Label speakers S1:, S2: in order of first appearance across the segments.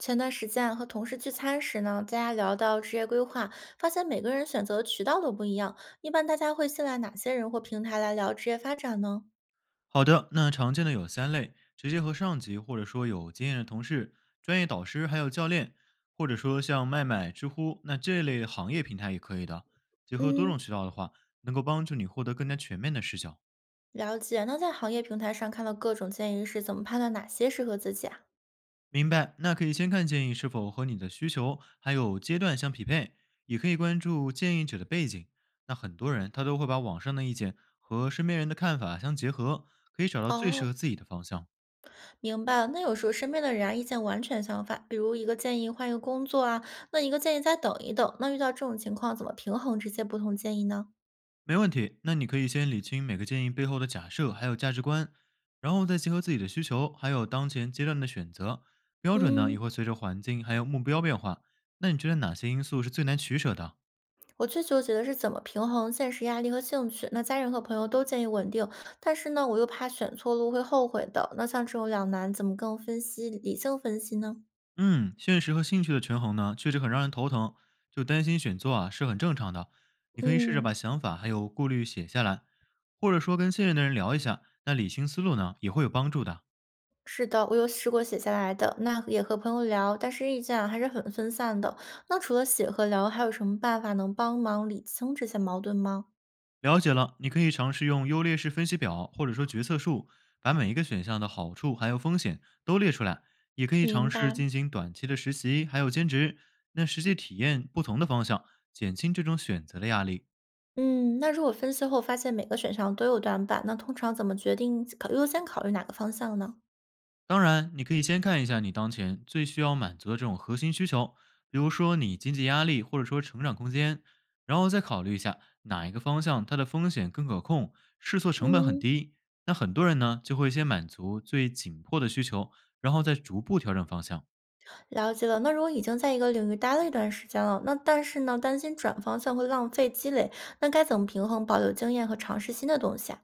S1: 前段时间和同事聚餐时呢，大家聊到职业规划，发现每个人选择的渠道都不一样。一般大家会信赖哪些人或平台来聊职业发展呢？
S2: 好的，那常见的有三类：直接和上级或者说有经验的同事、专业导师，还有教练，或者说像麦麦、知乎那这类行业平台也可以的。结合多
S1: 嗯，
S2: 种渠道的话，能够帮助你获得更加全面的视角。
S1: 了解。那在行业平台上看到各种建议时，怎么判断哪些适合自己啊？
S2: 明白，那可以先看建议是否和你的需求还有阶段相匹配，也可以关注建议者的背景。那很多人他都会把网上的意见和身边人的看法相结合，可以找到最适
S1: 哦，
S2: 合自己的方向。
S1: 明白了。那有时候身边的人啊，意见完全相反，比如一个建议换一个工作啊，那一个建议再等一等。那遇到这种情况，怎么平衡这些不同建议呢？
S2: 没问题，那你可以先理清每个建议背后的假设还有价值观，然后再结合自己的需求，还有当前阶段的选择标准呢，
S1: 嗯，
S2: 也会随着环境还有目标变化。那你觉得哪些因素是最难取舍的？
S1: 我最纠结的是怎么平衡现实压力和兴趣。那家人和朋友都建议稳定，但是呢，我又怕选错路会后悔的。那像这种两难，怎么更分析、理性分析呢？
S2: 嗯，现实和兴趣的权衡呢，确实很让人头疼，就担心选错啊是很正常的。你可以试着把
S1: 嗯，
S2: 想法还有顾虑写下来，或者说跟信任的人聊一下，那理清思路呢也会有帮助的。
S1: 是的，我有试过写下来的，那也和朋友聊，但是意见啊还是很分散的。那除了写和聊，还有什么办法能帮忙理清这些矛盾吗？
S2: 了解了，你可以尝试用优劣势分析表或者说决策树，把每一个选项的好处还有风险都列出来。也可以
S1: 明
S2: 尝试
S1: 白。
S2: 进行短期的实习，还有兼职，那实际体验不同的方向，减轻这种选择的压力。
S1: 嗯，那如果分析后发现每个选项都有短板，那通常怎么决定考优先考虑哪个方向呢？
S2: 当然，你可以先看一下你当前最需要满足的这种核心需求，比如说你经济压力或者说成长空间，然后再考虑一下哪一个方向它的风险更可控，试错成本很
S1: 嗯，
S2: 低。那很多人呢就会先满足最紧迫的需求，然后再逐步调整方向。
S1: 了解了，那如果已经在一个领域待了一段时间了，那但是呢，担心转方向会浪费积累，那该怎么平衡保留经验和尝试新的东西啊？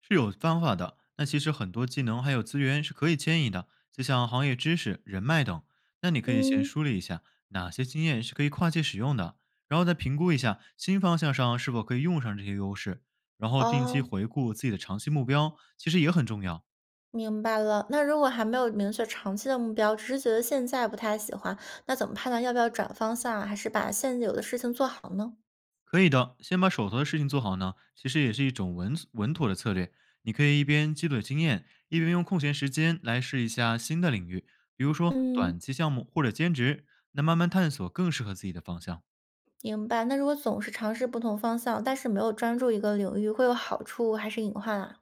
S2: 是有方法的。那其实很多技能还有资源是可以迁移的，就像行业知识、人脉等。那你可以先
S1: 嗯，
S2: 梳理一下哪些经验是可以跨界使用的，然后再评估一下新方向上是否可以用上这些优势，然后定期
S1: 哦，
S2: 回顾自己的长期目标，其实也很重要。
S1: 明白了。那如果还没有明确长期的目标，只是觉得现在不太喜欢，那怎么判断要不要转方向啊还是把现有的事情做好呢？
S2: 可以的，先把手头的事情做好呢，其实也是一种稳稳妥的策略。你可以一边积累经验，一边用空闲时间来试一下新的领域，比如说
S1: 嗯，
S2: 短期项目或者兼职，那慢慢探索更适合自己的方向。
S1: 明白。那如果总是尝试不同方向，但是没有专注一个领域，会有好处还是隐患啊？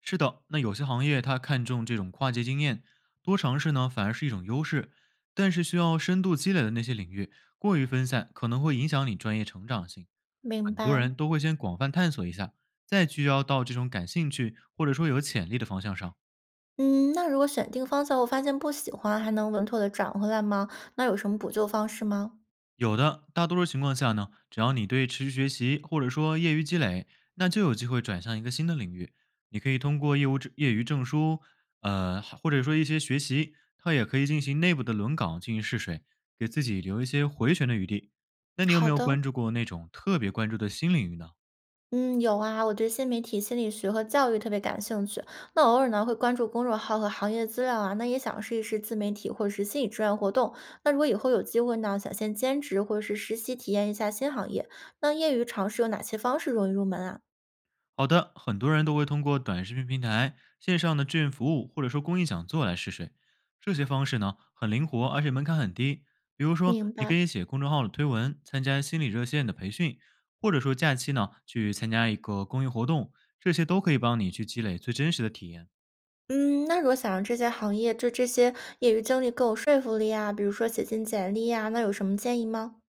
S2: 是的，那有些行业它看重这种跨界经验，多尝试呢反而是一种优势，但是需要深度积累的那些领域，过于分散可能会影响你专业成长性。
S1: 明
S2: 很多
S1: 白。
S2: 人都会先广泛探索一下，再聚焦到这种感兴趣或者说有潜力的方向上。
S1: 嗯，那如果选定方向后发现不喜欢，还能稳妥的转回来吗？那有什么补救方式吗？
S2: 有的，大多数情况下呢，只要你对持续学习或者说业余积累，那就有机会转向一个新的领域。你可以通过业务证业余证书，还或者说一些学习，它也可以进行内部的轮岗进行试水，给自己留一些回旋的余地。那你有
S1: 好
S2: 没有
S1: 的，
S2: 关注过那种特别关注的新领域呢？
S1: 嗯，有啊，我对新媒体心理学和教育特别感兴趣。那偶尔呢会关注公众号和行业资料啊，那也想试一试自媒体或者是心理志愿活动。那如果以后有机会呢，想先兼职或者是实习体验一下新行业，那业余尝试有哪些方式容易入门啊？
S2: 好的，很多人都会通过短视频平台、线上的志愿服务或者说公益讲座来试水。这些方式呢很灵活，而且门槛很低。比如说，
S1: 明
S2: 你
S1: 白。
S2: 可以写公众号的推文，参加心理热线的培训，或者说假期呢去参加一个公益活动，这些都可以帮你去积累最真实的体验。
S1: 嗯，那如果想让这些行业就这些业余经历更有说服力啊，比如说写进简历啊，那有什么建议吗？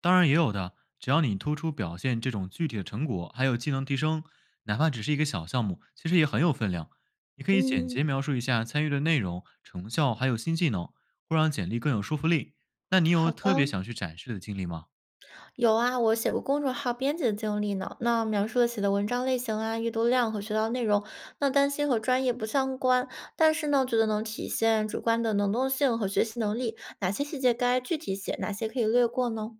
S2: 当然也有的，只要你突出表现这种具体的成果，还有技能提升，哪怕只是一个小项目，其实也很有分量。你可以简
S1: 嗯，
S2: 洁描述一下参与的内容、成效，还有新技能，会让简历更有说服力。那你有
S1: 好
S2: 特别
S1: 的，
S2: 想去展示的经历吗？
S1: 有啊，我写过公众号编辑的经历呢。那描述了写的文章类型啊、阅读量和学到内容，那担心和专业不相关，但是呢，觉得能体现主观的能动性和学习能力。哪些细节该具体写，哪些可以略过呢？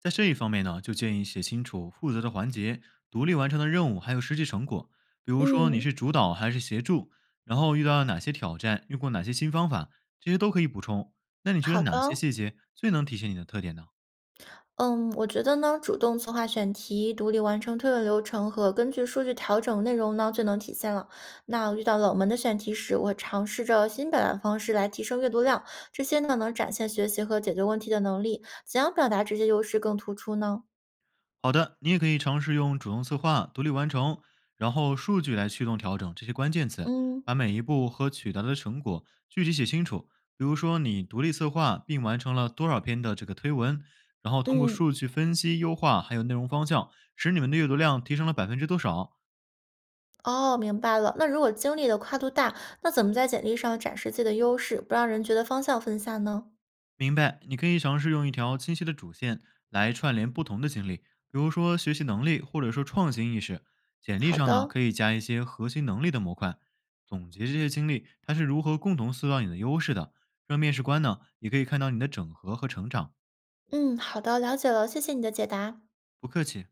S2: 在这一方面呢，就建议写清楚负责的环节、独立完成的任务，还有实际成果，比如说你
S1: 嗯，
S2: 是主导还是协助，然后遇到了哪些挑战，用过哪些新方法，这些都可以补充。那你觉得
S1: 好
S2: 哪些
S1: 的。
S2: 细节最能体现你的特点呢？
S1: 嗯，我觉得呢，主动策划选题、独立完成推论流程和根据数据调整内容呢，最能体现了。那遇到冷门的选题时，我会尝试着新表达方式来提升阅读量，这些呢能展现学习和解决问题的能力。怎样表达这些优势更突出呢？
S2: 好的，你也可以尝试用主动策划、独立完成，然后数据来驱动调整这些关键词，
S1: 嗯
S2: 把每一步和取得的成果具体写清楚。比如说，你独立策划并完成了多少篇的这个推文，然后通过
S1: 嗯，
S2: 数据分析优化，还有内容方向，使你们的阅读量提升了百分之多少。
S1: 哦，明白了。那如果经历的跨度大，那怎么在简历上展示自己的优势，不让人觉得方向分散呢？
S2: 明白，你可以尝试用一条清晰的主线来串联不同的经历，比如说学习能力或者说创新意识。简历
S1: 好
S2: 上呢，
S1: 的，
S2: 可以加一些核心能力的模块，总结这些经历，它是如何共同塑造你的优势的，让面试官呢也可以看到你的整合和成长。
S1: 嗯，好的，了解了，谢谢你的解答。
S2: 不客气。